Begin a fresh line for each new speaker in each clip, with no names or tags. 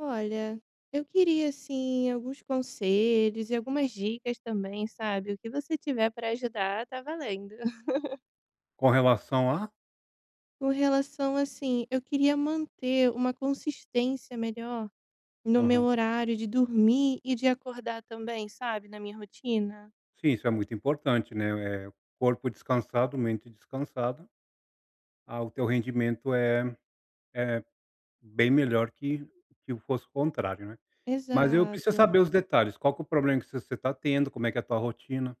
Olha, eu queria assim alguns conselhos e algumas dicas também, sabe? O que você tiver para ajudar, tá valendo.
Com relação a?
Com relação assim, eu queria manter uma consistência melhor no meu
Aham.
horário de dormir e de acordar também, sabe? Na minha rotina.
Sim, isso é muito importante, né, corpo descansado, mente descansada, ah, o teu rendimento é bem melhor que fosse o contrário, né. Mas eu preciso
Exato.
saber os detalhes, qual que é o problema que você está tendo, como é que é a tua rotina.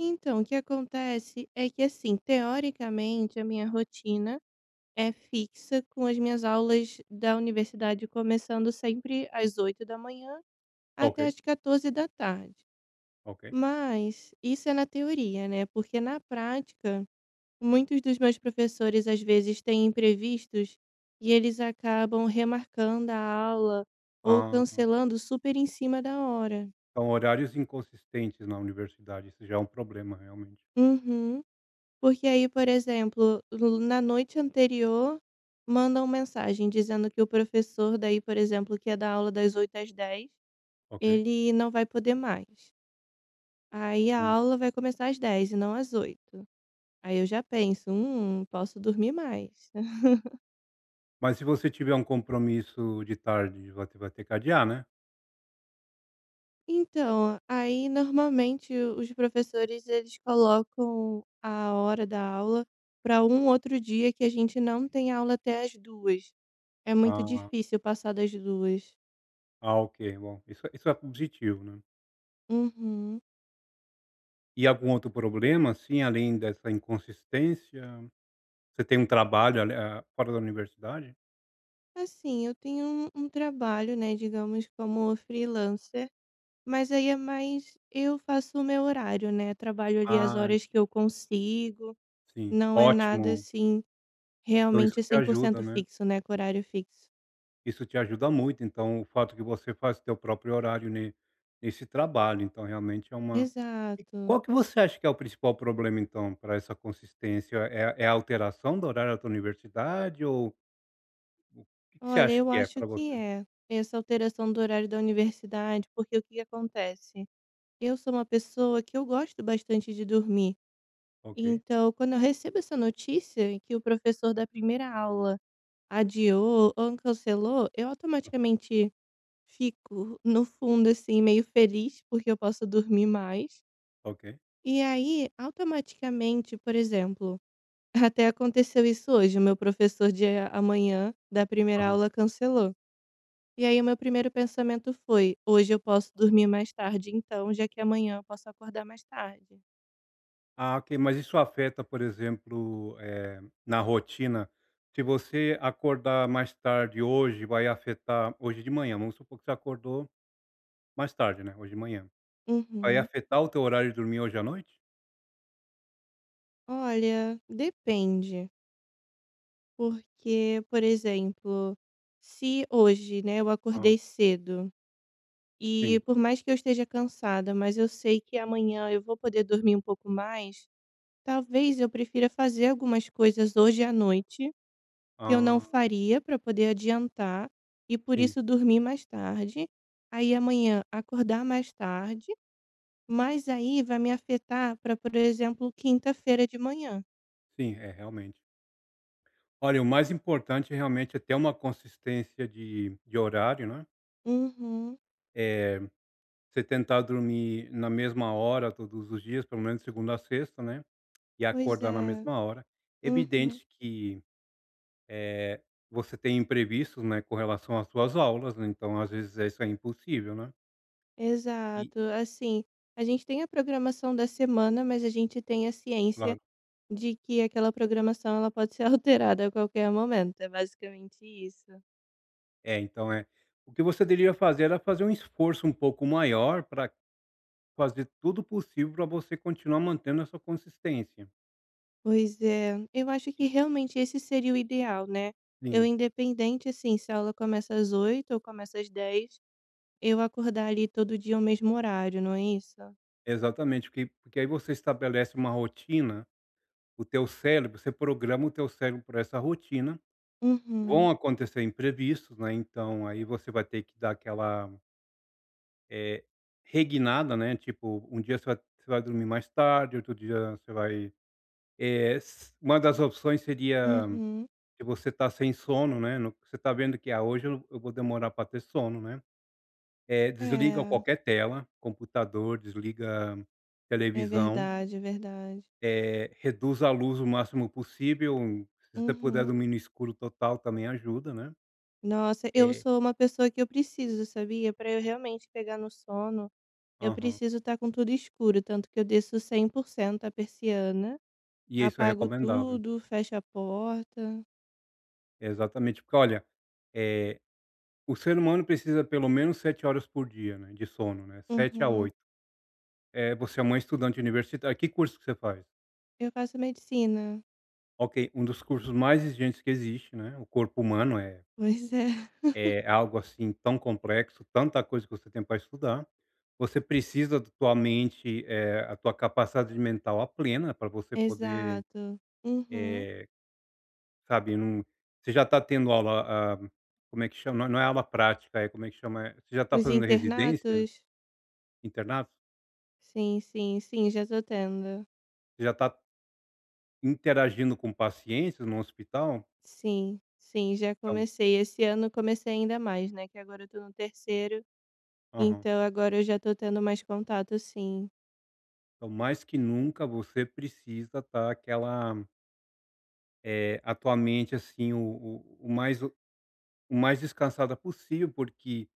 Então, o que acontece é que assim, teoricamente, a minha rotina é fixa com as minhas aulas da universidade começando sempre às 8h da manhã
Ok,
até às da tarde.
ok.
Mas isso é na teoria, né, porque na prática, muitos dos meus professores, às vezes, têm imprevistos e eles acabam remarcando a aula ou
Ah,
cancelando super em cima da hora.
então horários inconsistentes na universidade, isso já é um problema realmente,
Uhum. Porque aí, por exemplo, l na noite anterior, mandam mensagem dizendo que o professor daí, por exemplo, que é da aula das 8h às 10h,
ok.
ele não vai poder mais. Aí a
Hã,
aula vai começar às 10h e não às 8h. Aí eu já penso: posso dormir mais".
mas se você tiver um compromisso de tarde, vai ter que adiar, né.
Então, aí normalmente os professores eles colocam a hora da aula para um outro dia que a gente não tem aula até as 2h. É muito
Ah,
difícil passar das 2h.
ah, ok, bom, isso é positivo, né.
H Uhum.
E algum outro problema, assim, além dessa inconsistência? Você tem um trabalho fora da universidade?
Assim, eu tenho um trabalho, né, digamos como freelancer, mas aí é mais eu faço o meu horário, né, trabalho ali as
Ah,
horas que eu consigo,
sim,
não é nada
ótimo.
assim
Então isso
realmente
te
cem por
ajuda,
cento
né.
fixo, né, com horário fixo.
Isso te ajuda muito, então o fato que você faz o teu próprio horário ne nesse trabalho, então realmente é uma. E
Exato.
qual que você acha que é o principal problema, então, para essa consistência? É a alteração do horário da tua universidade? Ou o que que você
Olha,
acha
eu
que é
acho
para
que
você?
é, essa alteração do horário da universidade, porque o que que acontece? Eu sou uma pessoa que eu gosto bastante de dormir,
Ok,
então quando eu recebo essa notícia que o professor da primeira aula adiou ou cancelou, eu automaticamente fico no fundo, assim, meio feliz, porque eu posso dormir mais.
ok.
E aí, automaticamente, por exemplo, até aconteceu isso hoje, o meu professor de amanhã da primeira aula cancelou. E aí o meu primeiro pensamento foi: "Hoje eu posso dormir mais tarde então, já que amanhã eu posso acordar mais tarde".
Ah, ok. Mas isso afeta, por exemplo, na rotina? Se você acordar mais tarde hoje, vai afetar hoje de manhã. Vamos supor que você acordou mais tarde, né, hoje de manhã. Vai
Uhum.
afetar o teu horário de dormir hoje à noite?
Olha, depende, porque, por exemplo, se hoje, né, eu
Ah,
acordei cedo e
sim.
por mais que eu esteja cansada, mas eu sei que amanhã eu vou poder dormir um pouco mais, talvez eu prefira fazer algumas coisas hoje à noite que eu não
Ah,
faria para poder adiantar, e por
sim.
isso dormir mais tarde, aí amanhã acordar mais tarde, mas aí vai me afetar para, por exemplo, quinta-feira de manhã.
Sim, é, realmente. Olha, o mais importante realmente é ter uma consistência de horário, né,
Uhum,
eh, você tentar dormir na mesma hora todos os dias, pelo menos segunda a sexta, né, e
pois
acordar na
é.
mesma hora.
Uhum,
Evidente que, Eh, você tem imprevistos, né, com relação às suas aulas, né, então às vezes isso é impossível, né. E
exato. Assim, a gente tem a programação da semana, mas a gente tem a ciência
claro.
de que aquela programação ela pode ser alterada a qualquer momento, é basicamente isso.
É, então é o que você deveria fazer, era fazer um esforço um pouco maior para fazer tudo possível para você continuar mantendo a sua consistência.
Pois é, eu acho que realmente esse seria o ideal, né. Eu
Sim,
independente, assim, se a aula começa às 8h ou começa às 10h, eu acordar ali todo dia ao mesmo horário, não é isso?
exatamente, porque aí você estabelece uma rotina, o teu cérebro, você programa o teu cérebro pra essa rotina.
Uhum,
Vão acontecer imprevistos, né, então aí você vai ter que dar aquela, Eh, regnada, né, tipo, um dia você vai dormir mais tarde, outro dia você vai, eh, s uma das opções seria,
uhum.
se você tá sem sono, né, no, você tá vendo que: "Ah, hoje eu vou demorar para ter sono", né. Desliga
É,
qualquer tela, computador, desliga
é
televisão,
verdade, é verdade.
reduz a luz o máximo possível, se você puder
Uhum.
dormir no escuro total também ajuda, né.
Nossa, eu
É.
sou uma pessoa que eu preciso, sabia? Para eu realmente pegar no sono, eu
Aham.
preciso estar com tudo escuro, tanto que eu desço 100% a persiana,
E isso é
apago
recomendável.
tudo, fecho a porta.
É, exatamente, porque olha, eh o ser humano precisa pelo menos 7 horas por dia, né, de sono, né. 7 a
Uhum.
8. É, você é uma estudante universitária, que curso que você faz?
Eu faço medicina.
Ok, um dos cursos mais exigentes que existe, né, o corpo humano é
Pois é,
é algo, assim, tão complexo, tanta coisa que você tem para estudar. Você precisa da tua mente, a tua capacidade mental à plena, para você poder,
exato. Uhum.
eh, sabe. Não, você já está tendo aula, como é que chama? Não é aula prática, é como é que chama? Você já está
Os
fazendo residência,
internatos?
internato?
Sim, sim, sim, já tô tendo.
Você já está interagindo com pacientes no hospital?
Sim, sim, já
Então,
comecei. Esse ano comecei ainda mais, né, que agora eu tô no terceiro,
aham.
então agora eu já tô tendo mais contato sim.
Então, mais que nunca você precisa estar aquela, a tua mente, assim, o mais, o mais descansada possível, porque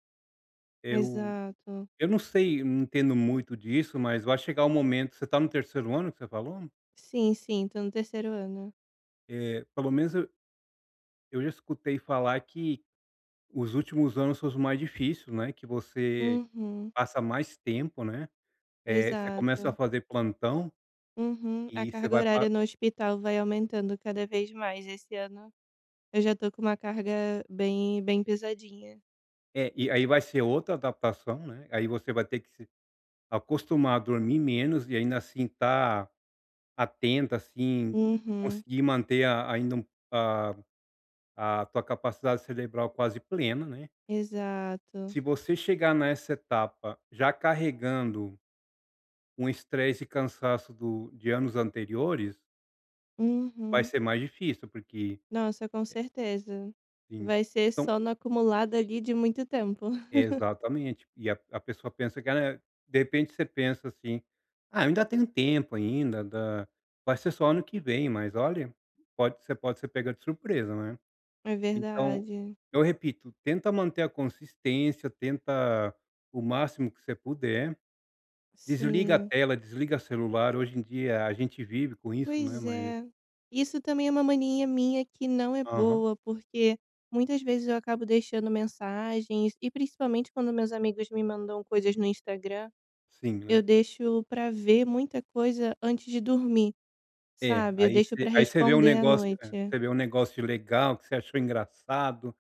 eu
Exato.
eu não sei, não entendo muito disso, mas vai chegar o momento. Você está no terceiro ano, que você falou?
Sim, sim, tô no terceiro ano.
Pelo menos eu já escutei falar que os últimos anos são os mais difíceis, né, que você
Uhum,
passa mais tempo, né. Você começa a
exato.
fazer plantão
Uhum. A
e você
carga
vai.
horária no hospital vai aumentando cada vez mais. Esse ano eu já tô com uma carga bem bem pesadinha.
É, e aí vai ser outra adaptação, né, aí você vai ter que se acostumar a dormir menos e ainda assim estar atenta, assim,
Uhum,
conseguir manter a, ainda um a tua capacidade cerebral quase plena, né.
exato.
Se você chegar nessa etapa já carregando um estresse e cansaço do, de anos anteriores, vai
Uhum.
ser mais difícil, porque,
Nossa, com certeza.
assim,
Vai ser
então,
só no acumulado ali de muito tempo.
exatamente. E a pessoa pensa que ela é, de repente você pensa assim: "Ah, ainda tem tempo ainda, dá, vai ser só ano que vem", mas olha, pode, você pode ser pega de surpresa, né.
É
Então,
verdade.
eu repito, tenta manter a consistência, tenta o máximo que você puder, desliga a
Sim.
tela, desliga o celular, hoje em dia a gente vive com isso, né,
Pois
mas,
é. Isso também é uma mania minha que não é
aham,
boa, porque muitas vezes eu acabo deixando mensagens, e principalmente quando meus amigos me mandam coisas no Instagram,
sim,
eu
né.
deixo pra ver muita coisa antes de dormir,
É,
sabe? Eu
aí
deixo
você,
pra
aí você vê um
responder à
negócio, é,
noite.
você vê um negócio legal que você achou engraçado,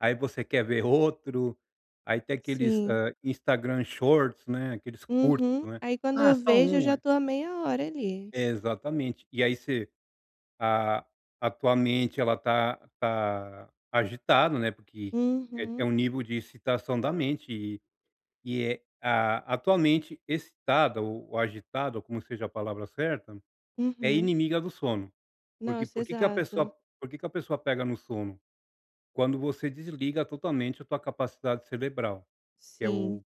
aí você quer ver outro, aí tem aqueles,
Sim.
Instagram Shorts, né, aqueles curtos,
Uhum.
né.
Aí quando
Ah,
eu
só
vejo, eu
um,
já
é.
tô há meia hora ali.
Exatamente. E aí você, a a tua mente ela tá agitada, né, porque é
Uhum,
um nível de excitação da mente. E e é a tua mente excitada ou agitada, ou como seja a palavra certa, é
uhum.
inimiga do sono. Porque
Nossa,
por que que a pessoa
exato.
por que que a pessoa pega no sono? Quando você desliga totalmente a tua capacidade cerebral, que é
Sim.
o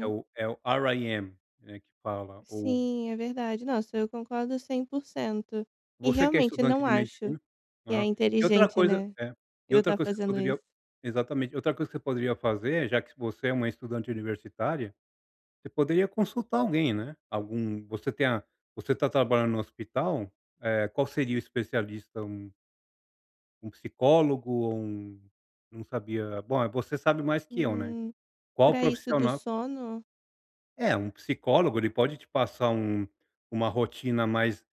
é o é o R REM, né, que fala. Ou,
Sim, é verdade. Nossa, eu concordo 100%. E
você que é
realmente não
estudante de
acho
medicina,
que é
aham. E outra
inteligente,
coisa
né,
é, e
eu
outra
estar tá
coisa que você
fazendo
poderia,
isso.
exatamente, outra coisa que você poderia fazer, já que você é uma estudante universitária, você poderia consultar alguém, né. Algum, você tem a, você está trabalhando no hospital, qual seria o especialista? Um psicólogo ou um, não sabia, bom, você sabe mais que eu, né.
Hum,
Qual
pra isso do
profissional?
sono?
É, um psicólogo, ele pode te passar um, uma rotina mais,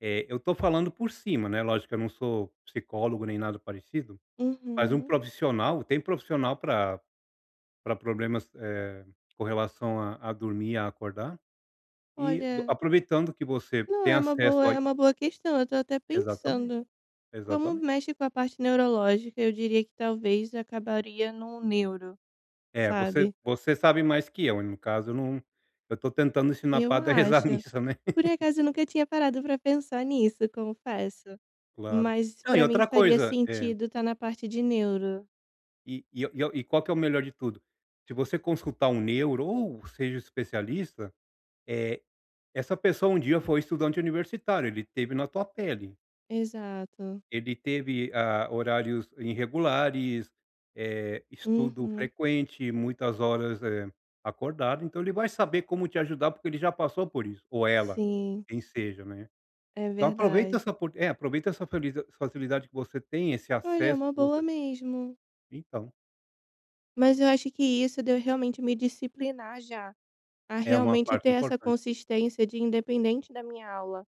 eu tô falando por cima, né, lógico que eu não sou psicólogo nem nada parecido, mas um
Uhum.
profissional, tem profissional para, pra problemas, com relação a dormir, a acordar. E do,
Olha,
aproveitando que você
não,
tem acesso a,
é uma boa questão, eu tô até
exatamente,
pensando. Como
exatamente.
mexe com a parte neurológica, eu diria que talvez acabaria num neuro,
É, você,
sabe?
você sabe mais que eu, no caso eu não, eu estou tentando ensinar o
Eu
padre a rezar a
acho.
missa, né.
Por acaso eu nunca tinha parado pra pensar nisso, confesso.
Claro.
Mas
Não, e
pra mim
outra
faria
coisa, é,
sentido estar na parte de neuro.
e qual que é o melhor de tudo? Se você consultar um neuro, ou seja, um especialista, é, essa pessoa um dia foi estudante universitário, ele teve na tua pele.
Exato.
Ele teve, ah, horários irregulares, estudo
Uhum.
frequente, muitas horas, acordado. Então ele vai saber como te ajudar, porque ele já passou por isso, ou ela,
Sim,
quem seja, né.
é
Então aproveita
verdade.
essa opor, é, aproveita essa feliza, facilidade que você tem, esse
Olha, é
acesso
uma
que
boa
você tem,
mesmo.
então,
Mas eu acho que isso deu realmente me disciplinar já, a
é uma
realmente ter
parte
essa
importante.
consistência de independente da minha aula,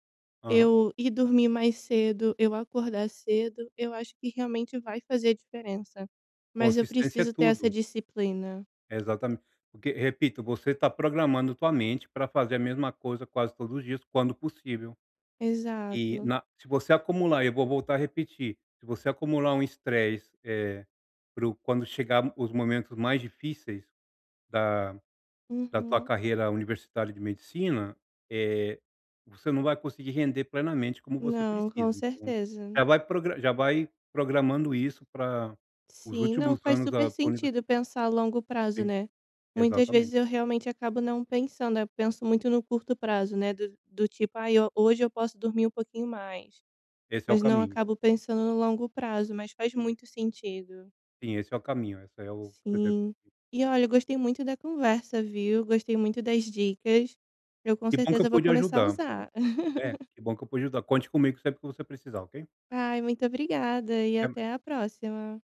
Aham.
eu ir dormir mais cedo, eu acordar cedo, eu acho que realmente vai fazer diferença. Mas eu
Consistência é
preciso ter essa
tudo.
disciplina.
É, exatamente. Porque, repito, você está programando tua mente para fazer a mesma coisa quase todos os dias, quando possível. E
Exato.
na, se você acumular, eu vou voltar a repetir, se você acumular um estresse, para quando chegar os momentos mais difíceis da tua
Uhum.
carreira universitária de medicina, eh, você não vai conseguir render plenamente como você
Não, com
precisa, então
certeza.
já vai progra, já vai programando isso para os
Sim, não,
últimos
faz
anos
super
da tua univer,
sentido pensar a longo prazo, né. Muitas vezes eu
exatamente.
realmente acabo não pensando, eu penso muito no curto prazo, né, do tipo: "Ai, ho hoje eu posso dormir um pouquinho mais",
Esse é o
mas não
caminho.
acabo pensando no longo prazo, mas faz muito sentido.
Sim, esse é o caminho, esse é o que você deve.
Sim. E olha, eu gostei muito da conversa, viu, gostei muito das dicas. Eu com
Que bom que eu
certeza vou
pude
começar a
ajudar.
usar.
É, que bom que eu pude ajudar. Conte comigo sempre que você precisar, ok?
Ai, muito obrigada e até a próxima.